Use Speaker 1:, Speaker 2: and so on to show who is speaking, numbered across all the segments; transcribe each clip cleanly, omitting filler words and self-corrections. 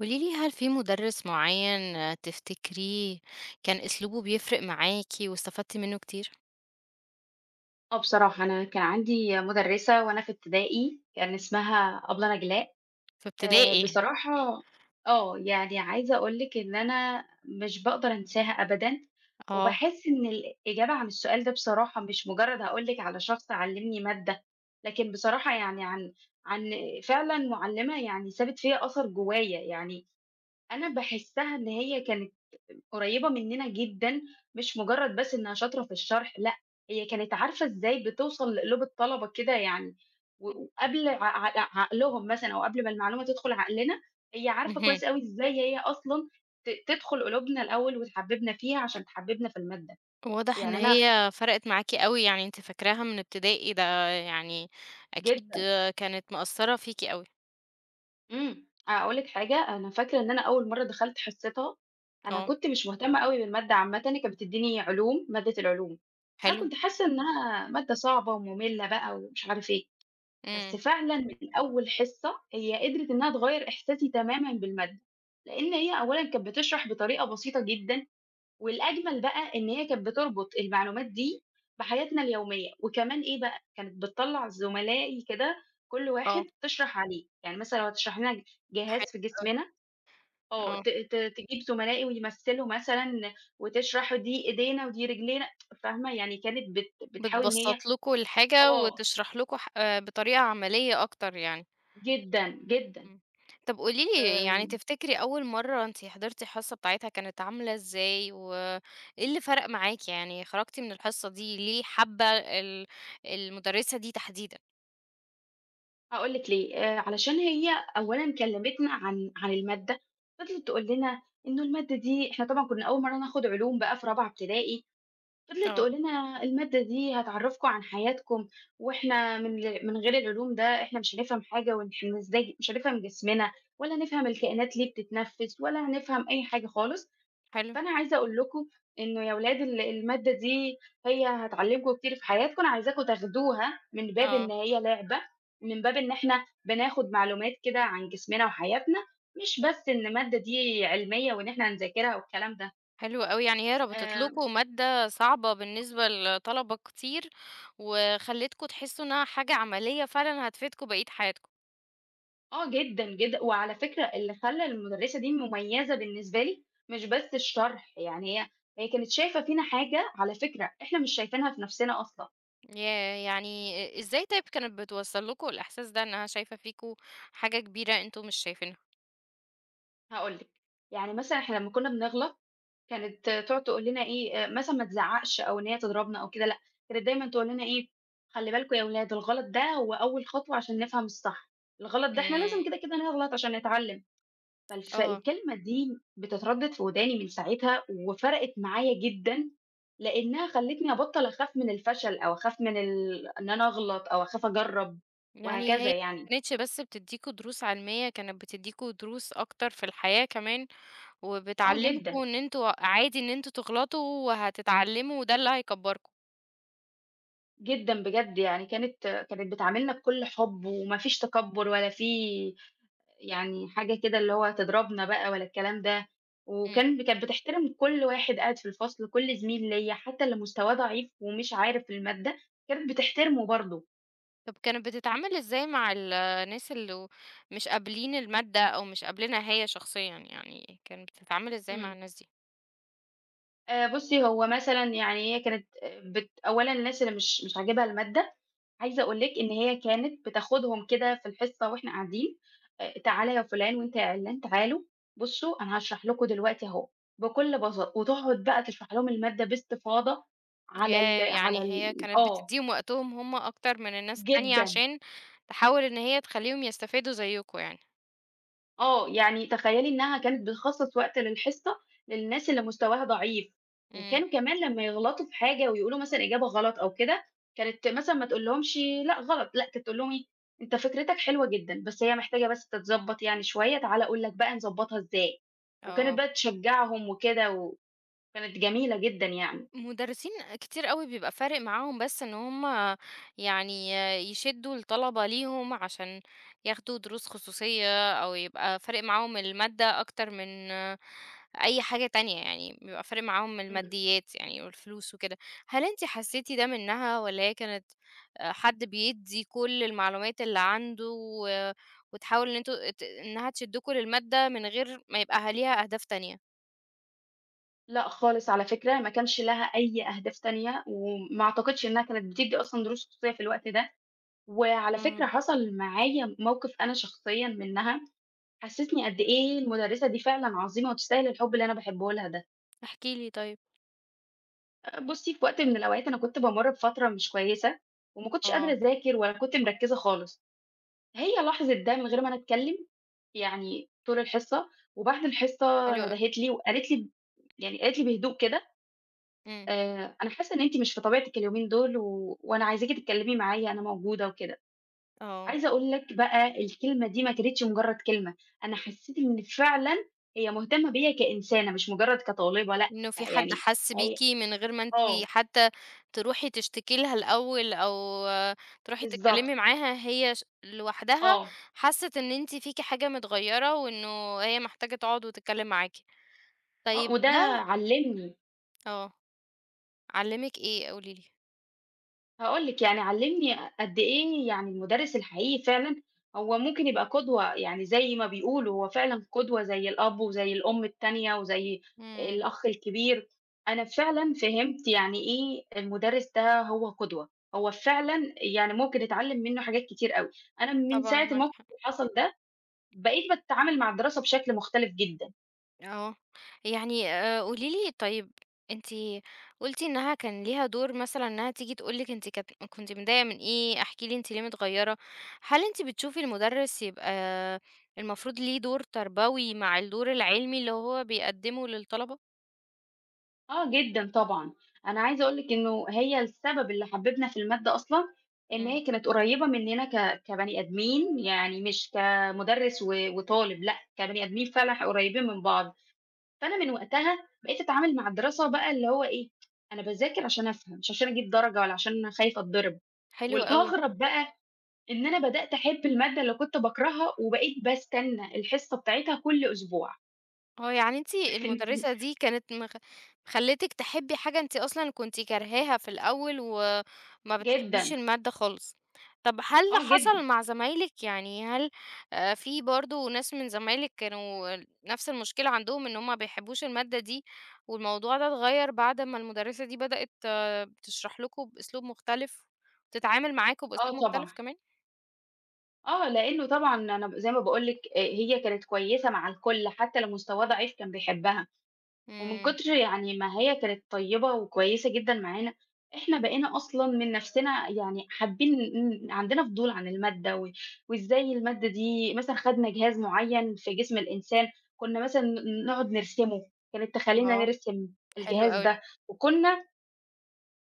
Speaker 1: قولي لي هل في مدرس معين تفتكريه كان أسلوبه بيفرق معاكِ واستفدتِ منه كتير؟
Speaker 2: آه بصراحة أنا كان عندي مُدرِّسة وأنا في ابتدائي كان اسمها أبلة نجلاء.
Speaker 1: في ابتدائي،
Speaker 2: بصراحة، يعني عايزة أقول لِك إن أنا مش باقدر أنساها أبدًا،
Speaker 1: آه،
Speaker 2: وباحس إن الإجابة عن السؤال ده بصراحة مش مُجرّد هاقول لِك على شخص علّمني مادة، لكن بصراحة يعني عن فعلًا مُعلِّمة يعني سابت فيّا أثر جوايا. يعني أنا باحسّها إن هي كانت قريّبة مننا جدًا، مش مجرّد بس إنها شاطرة في الشرح، لأ، هي كانت عارفة إزاي بتوصل لقلوب الطلبة كده يعني، و وقبل ع ع عقلهم مثلًا أو قبل ما المعلومة تدخل عقلنا، هي عارفة
Speaker 1: اهم،
Speaker 2: كويس أوي إزاي هي أصلًا تدخل قلوبنا الأول وتحبّبنا فيها عشان تحبّبنا في المادة.
Speaker 1: واضح إن
Speaker 2: يعني أنا
Speaker 1: هي فرقت معاكِ أوي، يعني أنتِ فاكراها من ابتدائي، ده يعني أكيد
Speaker 2: جدًا.
Speaker 1: كانت مأثّرة فيكِ أوي،
Speaker 2: أقول لِك حاجة، أنا فاكرة إن أنا أول مرّة دخلت حصّتها. أنا
Speaker 1: آه،
Speaker 2: كنت مش مهتمة أوي بالمادة عامةً، هي كانت بتدّيني علوم، مادة العلوم. أنا
Speaker 1: حلو،
Speaker 2: كنت حاسة إنها مادة صعبة ومملة بقى ومش عارف إيه، بس
Speaker 1: إمم،
Speaker 2: فعلًا من أول حصة هي قدرت إنها تغيّر إحساسي تمامًا بالمادة، لإن هي أولًا كانت بتشرح بطريقة بسيطة جدًا، والأجمل بقى إن هي كانت بتربط المعلومات دي بحياتنا اليومية. وكمان إيه بقى، كانت بتطلّع زملائي كده كل واحد
Speaker 1: آه،
Speaker 2: تشرح عليه، يعني مثلًا لو هتشرح لنا
Speaker 1: حلو
Speaker 2: جهاز في
Speaker 1: أوي،
Speaker 2: جسمنا آه،
Speaker 1: آه،
Speaker 2: ت ت تجيب زملائي ويمثّلوا مثلًا وتشرح دي إيدينا ودي رجلينا، فاهمة، يعني كانت بتحاول إن هي.
Speaker 1: بتبسّط لكم الحاجة
Speaker 2: آه،
Speaker 1: وتشرح لكم ح آه، بطريقة عملية أكتر يعني.
Speaker 2: جدًا، جدًا.
Speaker 1: إمم. طب قولي لي يعني
Speaker 2: آمم
Speaker 1: تفتكري أول مرّة أنتِ حضرتِ الحصة بتاعتها كانت عاملة إزاي، وإيه اللي فرق معاكِ؟ يعني خرجتِ من الحصة دي ليه حابة المُدرسة دي تحديدًا؟
Speaker 2: هاقول لِك ليه. علشان هي أولًا كلّمتنا عن المادة، فضلت تقول لنا إنه المادة دي إحنا طبعًا كُنّا أول مرّة ناخد علوم بقى في رابعة ابتدائي، فضلت
Speaker 1: آه،
Speaker 2: تقول لنا المادة دي هتعرّفكم عن حياتكم، وإحنا من غير العلوم ده إحنا مش هنفهم حاجة وإحنا إزاي مش هنفهم جسمنا، ولا نفهم الكائنات ليه بتتنفّس، ولا هنفهم أي حاجة خالص.
Speaker 1: حلو،
Speaker 2: فأنا عايزة أقول لكم إنه يا ولاد المادة دي هي هتعلّمكم كتير في حياتكم، أنا عايزاكم تاخدوها من باب إن
Speaker 1: آه،
Speaker 2: هي لعبة، من باب إن إحنا بناخد معلومات كده عن جسمنا وحياتنا، مش بس إن المادة دي علمية وإن إحنا هنذاكرها والكلام ده.
Speaker 1: حلو أوي، يعني هي ربطت
Speaker 2: آآ،
Speaker 1: لكم مادة صعبة بالنسبة لطلبة كتير، وخلّتكم تحسّوا إنها حاجة عملية فعلًا هتفيدكم بقية حياتكم.
Speaker 2: آه جدًا، جدًا، وعلى فكرة اللي خلّى المُدرّسة دي مميزة بالنسبة لي مش بس الشرح، يعني هي كانت شايفة فينا حاجة على فكرة إحنا مش شايفينها في نَفْسنا أصلًا.
Speaker 1: ياه! يعني إزاي طيب كانت بتوصّل لكم الإحساس ده إنها شايفة فيكم حاجة كبيرة أنتم مش شايفينها؟
Speaker 2: هاقول لِك، يعني مثلًا إحنا لمّا كُنّا بنغلط، كانت تقعد تقول لنا إيه، مثلًا ما تزعّقش أو إن هي تضربنا أو كده لأ، كانت دايمًا تقول لنا إيه، خلّي بالكم يا ولاد الغلط ده هو أول خطوة عشان نفهم الصح، الغلط ده إحنا
Speaker 1: إمم،
Speaker 2: لازم كده، كده نغلط عشان نتعلّم. فالف
Speaker 1: آه.
Speaker 2: الكلمة دي بتتردد في وداني من ساعتها وفرقت معايا جدًا، لإنها خلّتني أبطّل أخاف من الفشل أو أخاف من ال إن أنا أغلط أو أخاف أجرّب
Speaker 1: يعني هي
Speaker 2: وهكذا يعني.
Speaker 1: ما كانتش بس بتدّيكوا دروس علمية، كانت بتدّيكوا دروس أكتر في الحياة كمان،
Speaker 2: آه جدًا.
Speaker 1: وبتعلّمكوا إن أنتم عادي إن أنتم تغلطوا وهتتعلّموا وده اللي هيكبّركم.
Speaker 2: جدًا بجد، يعني كانت بتعاملنا بكل حُب وما فيش تكبُّر ولا في يعني حاجة كده اللي هو تضربنا بقى ولا الكلام ده،
Speaker 1: إمم.
Speaker 2: كانت بتحترم كل واحد قاعد في الفصل، كل زميل ليّا حتى اللي مستواه ضعيف ومش عارف المادة، كانت بتحترمه برضه.
Speaker 1: طب كانت بتتعامل إزاي مع الناس اللي مش قابلين المادة أو مش قابلينها هي شخصيًا، يعني كانت بتتعامل إزاي مع
Speaker 2: إمم.
Speaker 1: الناس دي؟
Speaker 2: بُصّي، هو مثلًا يعني هي كانت آه، أولًا الناس اللي مش عاجبها المادة، عايزة أقول لِك إن هي كانت بتاخدهم كده في الحصة وإحنا قاعدين، تعالَ يا فُلان وأنت يا عِلّان تعالوا، بُصّوا أنا هاشرح لكم دلوقتي أهو، بكل بساطة، وتقعد بقى تشرح لهم المادة باستفاضة على ال
Speaker 1: ياه!
Speaker 2: على
Speaker 1: يعني هي
Speaker 2: ال
Speaker 1: كانت
Speaker 2: آه،
Speaker 1: بتدّيهم وقتهم هم أكتر من الناس التانية
Speaker 2: جدًا.
Speaker 1: عشان تحاول إن هي تخلّيهم يستفادوا زيّكم يعني.
Speaker 2: آه، يعني تخيّلي إنها كانت بتخصّص وقت للحصة للناس اللي مستواها ضعيف،
Speaker 1: إمم،
Speaker 2: وكانوا كمان لمّا يغلطوا في حاجة ويقولوا مثلًا إجابة غلط أو كده، كانت مثلًا ما تقولهمش لأ غلط، لأ كانت تقول لهم إيه، أنت فكرتك حلوة جدًا، بس هي محتاجة بس تتضبّط يعني شوية، تعالَ أقول لك بقى نضبّطها إزاي، وكانت
Speaker 1: آه.
Speaker 2: بقى تشجّعهم وكده، وكانت جميلة جدًا يعني.
Speaker 1: مدرسين كتير أوي بيبقى فارق معاهم بس إن هم يعني يشدوا الطلبة ليهم عشان ياخدوا دروس خصوصية أو يبقى فارق معاهم المادة أكتر من أي حاجة تانية يعني بيبقى فارق معاهم
Speaker 2: إمم.
Speaker 1: الماديات يعني والفلوس وكده. هل انتي حسيتي ده منها ولا هي كانت حد بيدي كل المعلومات اللي عنده وتحاول إن انتوا إنها تشدكوا للمادة من غير ما يبقى ليها أهداف تانية؟
Speaker 2: لأ خالص على فكرة، ما كانش لها أي أهداف تانية، وما أعتقدش إنها كانت بتدّي أصلًا دروس خصوصية في الوقت ده. وعلى فكرة
Speaker 1: امم
Speaker 2: حصل معايا موقف أنا شخصيًا منها، حسّسني قد إيه المُدرّسة دي فعلًا عظيمة وتستاهل الحُب اللي أنا باحبه لها ده.
Speaker 1: احكي لي طيب.
Speaker 2: بُصّي، في وقت من الأوقات أنا كنت بامُر بفترة مش كويسة وما كنتش قادرة
Speaker 1: اه،
Speaker 2: أذاكر ولا كنت مركّزة خالص، هي لاحظت ده من غير ما أنا أتكلّم يعني طول الحصة، وبعد الحصة
Speaker 1: حلو أوي،
Speaker 2: ندهِت لي وقالت لي، يعني قالت لي بهدوء كده،
Speaker 1: إمم،
Speaker 2: "أنا حاسّة إن أنتِ مش في طبيعتِك اليومين دول وأنا عايزاكِ تتكلّمي معايا، أنا موجودة." وكده.
Speaker 1: آه،
Speaker 2: عايزة أقول لك بقى الكلمة دي ما كانتش مجرد كلمة، أنا حسّيت إن فعلًا هي مهتمة بيّا كإنسانة مش مجرد كطالبة لأ،
Speaker 1: إنه في حد
Speaker 2: يعني
Speaker 1: حَس
Speaker 2: هي
Speaker 1: بيكِ من غير ما أنتِ
Speaker 2: آه،
Speaker 1: حتى تروحي تشتكي لها الأول أو آه، تروحي
Speaker 2: بالضبط،
Speaker 1: تتكلمي معاها، هي لوحدها
Speaker 2: آه،
Speaker 1: حَست إن أنتِ فيكِ حاجة متغيّرة وإنه هي محتاجة تقعد وتتكلم معاكِ.
Speaker 2: آه،
Speaker 1: طيب
Speaker 2: وده
Speaker 1: ده
Speaker 2: علّمني.
Speaker 1: آه، علّمِك إيه؟ قولي لي.
Speaker 2: هاقول لِك، يعني علّمني قد إيه يعني المُدرِّس الحقيقي فعلًا هو ممكن يبقى قدوة، يعني زي ما بيقولوا هو فعلًا قدوة زي الأب وزي الأم التانية وزي
Speaker 1: إمم،
Speaker 2: الأخ الكبير. أنا فعلًا فهمت يعني إيه المُدرِّس ده هو قدوة، هو فعلًا يعني ممكن نتعلّم منّه حاجات كتير أوي. أنا من
Speaker 1: طبعًا
Speaker 2: ساعة
Speaker 1: معاكِ
Speaker 2: الموقف
Speaker 1: حق.
Speaker 2: اللي حصل ده، بقيت باتعامل مع الدراسة بشكل مختلف جدًا.
Speaker 1: آه، يعني قولي لي طيب أنتِ قُلتِ إنها كان ليها دور مثلًا إنها تيجي تقول لِك أنتِ كنتِ متضايقة من إيه، احكي لي أنتِ ليه متغيّرة، هل أنتِ بتشوفي المدرس يبقى المفروض ليه دور تربوي مع الدور العلمي اللي هو بيقدّمه للطلبة؟
Speaker 2: آه جدًا طبعًا، أنا عايزة أقول لِك إنه هي السبب اللي حببنا في المادة أصلًا، إن
Speaker 1: إمم،
Speaker 2: هي كانت قريبة مننا كبني آدمين، يعني مش كمدرس وطالب، لأ كبني آدمين فعلًا قريبين من بعض، فأنا من وقتها بقيت أتعامل مع الدراسة بقى اللي هو إيه، أنا باذاكر عشان أفهم، مش عشان أجيب درجة ولا عشان أنا خايفة أتضرب،
Speaker 1: حلو أوي.
Speaker 2: والأغرب بقى إن أنا بدأت أحب المادة اللي كنت باكرهها، وبقيت باستنى الحصة بتاعتها كل أسبوع.
Speaker 1: آه، يعني أنتِ
Speaker 2: أنتِ
Speaker 1: المُدرّسة دي كانت مخلّتِك تحبّي حاجة أنتِ أصلًا كنتِ كارهاها في الأول وما بتحبّيش
Speaker 2: جدًا،
Speaker 1: المادة خالص. طَب هل
Speaker 2: آه جدًا،
Speaker 1: حصل مع زمايلِك؟ يعني هل في برضه ناس من زمايلِك كانوا نَفْس المشكلة عندهم إن هُم ما بيحبّوش المادة دي والموضوع ده اتغيّر بعد ما المُدرّسة دي بدأت تشرح لكم بأسلوب مختلف، تتعامل معاكم
Speaker 2: آه
Speaker 1: بأسلوب
Speaker 2: طبعًا.
Speaker 1: مختلف كمان؟
Speaker 2: آه، لإنه طبعًا أنا زي ما باقول لِك هي كانت كويسة مع الكل، حتى لو مستواه ضعيف كان بيحبها، ومن
Speaker 1: إمم،
Speaker 2: كتر يعني ما هي كانت طيبة وكويسة جدًا معانا، إحنا بقينا أصلًا من نفسنا يعني حابين عندنا فضول عن المادة وإزاي المادة دي مثلًا خدنا جهاز معيّن في جسم الإنسان، كنا مثلًا نقعد نرسمه، كانت تخلّينا
Speaker 1: آه،
Speaker 2: نرسم
Speaker 1: حلو
Speaker 2: الجهاز
Speaker 1: أوي،
Speaker 2: ده، وكنا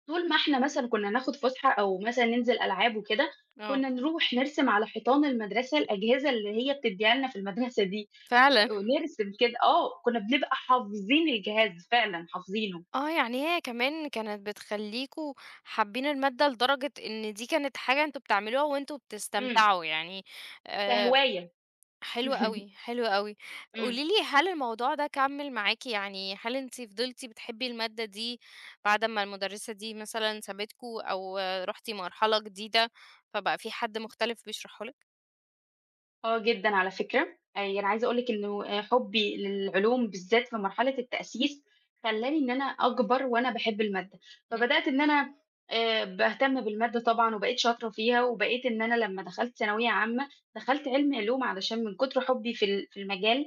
Speaker 2: طول ما إحنا مثلًا كنا ناخد فُسحة أو مثلًا ننزل ألعاب وكده،
Speaker 1: آه،
Speaker 2: كنا نروح نرسم على حيطان المدرسة الأجهزة اللي هي بتدّيها لنا في المدرسة دي،
Speaker 1: فعلًا.
Speaker 2: ونرسم كده آه، كنا بنبقى حافظين الجهاز فعلًا حافظينه،
Speaker 1: آه، يعني هي كمان كانت بتخلّيكم حابين المادة لدرجة إن دي كانت حاجة أنتم بتعملوها وأنتم
Speaker 2: إمم،
Speaker 1: بتستمتعوا يعني آآ،
Speaker 2: كهواية.
Speaker 1: حلو أوي، حلو أوي.
Speaker 2: إمم.
Speaker 1: قولي لي هل الموضوع ده كمّل معاكِ، يعني هل أنتِ فضلتِ بتحبي المادة دي بعد ما المُدرسة دي مثلًا سابتكم أو رُحتِ مرحلة جديدة، فبقى في حد مختلف بيشرحه لِك؟
Speaker 2: آه جدًا على فكرة، يعني عايزة أقول لِك إنه حُبّي للعلوم بالذات في مرحلة التأسيس، خلّاني إن أنا أكبر وأنا باحب المادة،
Speaker 1: إمم،
Speaker 2: فبدأت إن أنا باهتم بالمادة طبعًا وبقيت شاطرة فيها، وبقيت إن أنا لمّا دخلت ثانوية عامة، دخلت علمي علوم علشان من كتر حُبّي في المجال،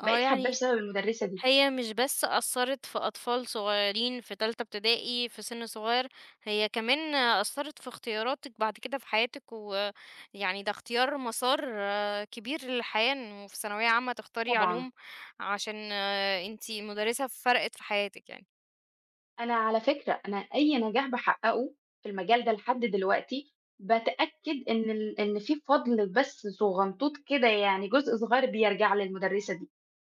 Speaker 1: آه
Speaker 2: بقيت حاباه
Speaker 1: يعني
Speaker 2: بسبب المُدرسة دي
Speaker 1: هي مش بس أثّرت في أطفال صغيّرين في تالتة ابتدائي في سِن صغيّر، هي كمان أثّرت في اختياراتِك بعد كده في حياتِك، ويعني ده اختيار مسار كبير للحياة إنه في ثانوية عامة تختاري
Speaker 2: طبعًا.
Speaker 1: علوم عشان أنتِ مُدرسة فرقِت في حياتِك يعني.
Speaker 2: أنا على فكرة أنا أي نجاح باحققه في المجال ده لحد دلوقتي، باتأكد إن في فضل بس صغنطوط كده يعني جزء صغير بيرجع للمدرسة دي،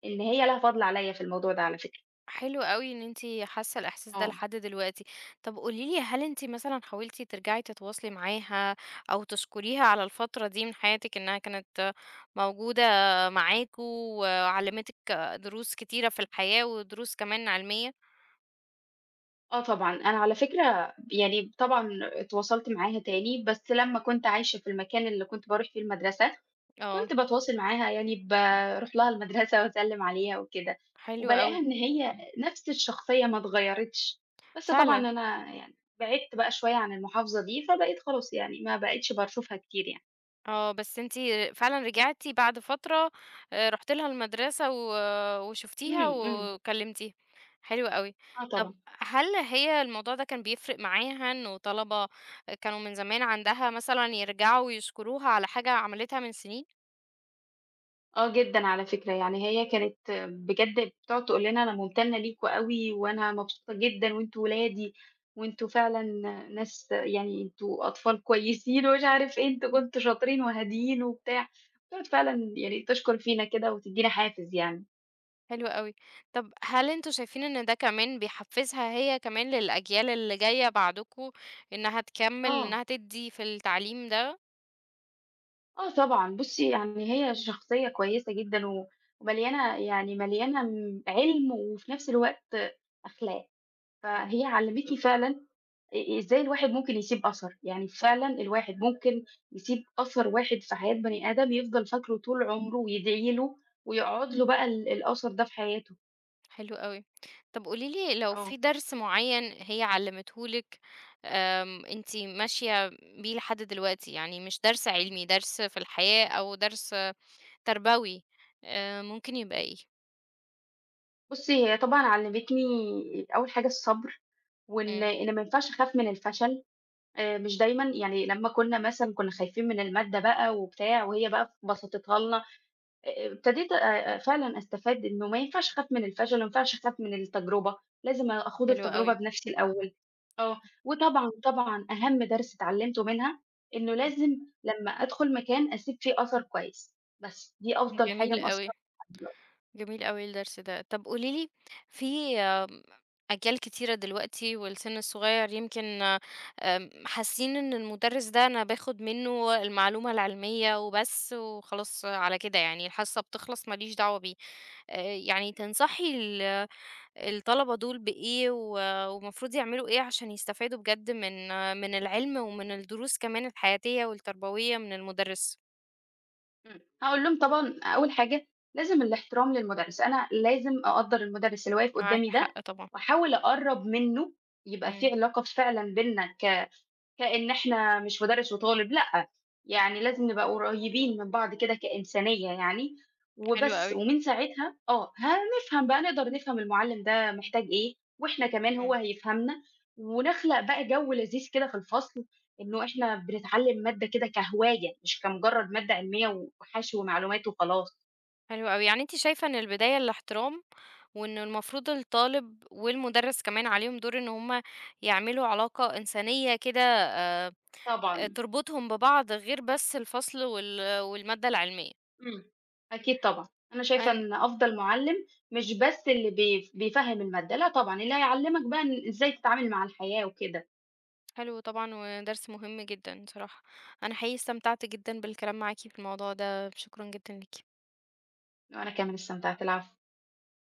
Speaker 2: إن هي لها فضل عليَّ في الموضوع ده على فكرة.
Speaker 1: حلو أوي إن أنتِ حاسة الإحساس ده
Speaker 2: آه.
Speaker 1: لحد دلوقتي. طب قولي لي هل أنتِ مثلًا حاولتِ ترجعي تتواصلي معاها أو تشكريها على الفترة دي من حياتِك إنها كانت موجودة معاكم وعلّمتِك دروس كتيرة في الحياة ودروس كمان علمية؟
Speaker 2: آه طبعًا، أنا على فكرة يعني طبعًا اتواصلت معاها تاني، بس لمّا كنت عايشة في المكان اللي كنت باروح فيه المدرسة
Speaker 1: آه،
Speaker 2: كنت باتواصل معاها يعني باروح لها المدرسة وأسلِّم عليها وكده،
Speaker 1: حلو
Speaker 2: وبالاقيها
Speaker 1: أوي،
Speaker 2: إن هي نفس الشخصية ما اتغيّرتش، بس طبعًا
Speaker 1: فعلًا.
Speaker 2: أنا يعني بعِدت بقى شوية عن المحافظة دي، فبقيت خلاص يعني ما بقيتش باشوفها كتير يعني.
Speaker 1: آه، بس أنتِ فعلًا رجعتِ بعد فترة رُحتِ لها المدرسة و آه، وشُفتيها
Speaker 2: إمم، إمم،
Speaker 1: وكلمتيها، حلو أوي.
Speaker 2: آه
Speaker 1: طب
Speaker 2: طبعًا.
Speaker 1: هل هي الموضوع ده كان بيفرق معاها إنه طلبة كانوا من زمان عندها مثلًا يرجعوا ويشكروها على حاجة عملتها من سنين؟
Speaker 2: آه جدًا على فكرة، يعني هي كانت بجد بتقعد تقول لنا أنا ممتنة ليكم أوي وأنا مبسوطة جدًا وأنتم ولادي وأنتم فعلًا ناس يعني أنتم أطفال كويسين ومش عارف إيه، أنتم كنتم شاطرين وهاديين وبتاع، بتقعد فعلًا يعني تشكر فينا كده وتدّينا حافز يعني.
Speaker 1: حلو أوي. طب هل أنتم شايفين إن ده كمان بيحفزها هي كمان للأجيال اللي جاية بعدكم إنها تكمل،
Speaker 2: آه،
Speaker 1: إنها تدّي في التعليم ده؟
Speaker 2: آه طبعًا، بُصّي يعني هي شخصية كويسة جدًا ومليانة يعني مليانة علم وفي نفس الوقت أخلاق، فهي علّمتني فعلًا إزاي الواحد ممكن يسيب أثر، يعني فعلًا الواحد ممكن يسيب أثر واحد في حياة بني آدم يفضل فاكره طول عمره ويدعي له ويقعد له بقى الأثر ده في حياته.
Speaker 1: حلو أوي. طب قولي لي لو
Speaker 2: آه،
Speaker 1: في درس معيّن هي علّمته لِك أنتِ ماشية بيه لحد دلوقتي، يعني مش درس علمي، درس في الحياة أو درس تربوي، ممكن يبقى إيه؟
Speaker 2: بُصّي هي طبعًا علّمتني أول حاجة الصبر، وإن
Speaker 1: إمم،
Speaker 2: إن ما ينفعش أخاف من الفشل، مش دايمًا يعني لمّا كنا مثلًا كنا خايفين من المادة بقى وبتاع وهي بقى بسطتها لنا ابتديت فعلًا أستفاد إنه ما ينفعش أخاف من الفشل، ما ينفعش أخاف من التجربة، لازم آخُد
Speaker 1: حلو
Speaker 2: التجربة
Speaker 1: أوي،
Speaker 2: بنفسي الأول. آه، وطبعًا، طبعًا أهم درس اتعلمته منها، إنه لازم لمّا أدخل مكان أسيب فيه أثر كويس، بس دي أفضل حاجة
Speaker 1: جميل
Speaker 2: مأثّرة
Speaker 1: أوي.
Speaker 2: معايا دلوقتي.
Speaker 1: جميل أوي الدرس ده. طب قولي لي في آمم، أجيال كتيرة دلوقتي والسن الصغير يمكن حاسين إن المدرس ده أنا باخد منه المعلومة العلمية وبس وخلاص على كده يعني الحصة بتخلص ما ليش دعوة بيه. آآ، يعني تنصحي الطلبة دول بإيه والمفروض يعملوا إيه عشان يستفادوا بجد من من العلم ومن الدروس كمان الحياتية والتربوية من المدرس؟
Speaker 2: إمم، هاقول لهم طبعًا أول حاجة لازم الاحترام للمُدرِّس، أنا لازم أقدّر المُدرِّس اللي واقف
Speaker 1: معاكِ
Speaker 2: قدّامي ده
Speaker 1: حق طبعًا.
Speaker 2: وأحاول أقرّب منّه، يبقى في
Speaker 1: إمم،
Speaker 2: علاقة فعلًا بيننا كإن إحنا مش مُدرِّس وطالب، لأ، يعني لازم نبقى قريّبين من بعض كده كإنسانية يعني
Speaker 1: حلو
Speaker 2: وبس،
Speaker 1: أوي.
Speaker 2: ومن ساعتها آه، هنفهم بقى نقدر نفهم المُعلِّم ده محتاج إيه، وإحنا كمان هو
Speaker 1: إمم.
Speaker 2: هيفهمنا، ونخلق بقى جو لذيذ كده في الفصل، إنه إحنا بنتعلّم مادة كده كهواية مش كمُجرّد مادة علمية وحَشْو معلومات وخلاص،
Speaker 1: حلو أوي، يعني أنتِ شايفة إن البداية الاحترام، وإنه المفروض الطالب والمدرس كمان عليهم دور إن هُم يعملوا علاقة إنسانية كده
Speaker 2: طبعًا.
Speaker 1: تربطهم ببعض غير بس الفصل والمادة العلمية.
Speaker 2: إمم. أكيد طبعًا. أنا شايفة
Speaker 1: أن
Speaker 2: إن أفضل مُعلِّم مش بس اللي بيفهِّم المادة، لأ طبعًا، اللي هيعلِّمك بقى إن إزاي تتعامل مع الحياة وكده.
Speaker 1: حلو طبعًا ودرس مهم جدًا صراحة. أنا حقيقي استمتعت جدًا بالكلام معاكِ في الموضوع ده، شكرًا جدًا ليكِ.
Speaker 2: وأنا كمان استمتعت، العفو.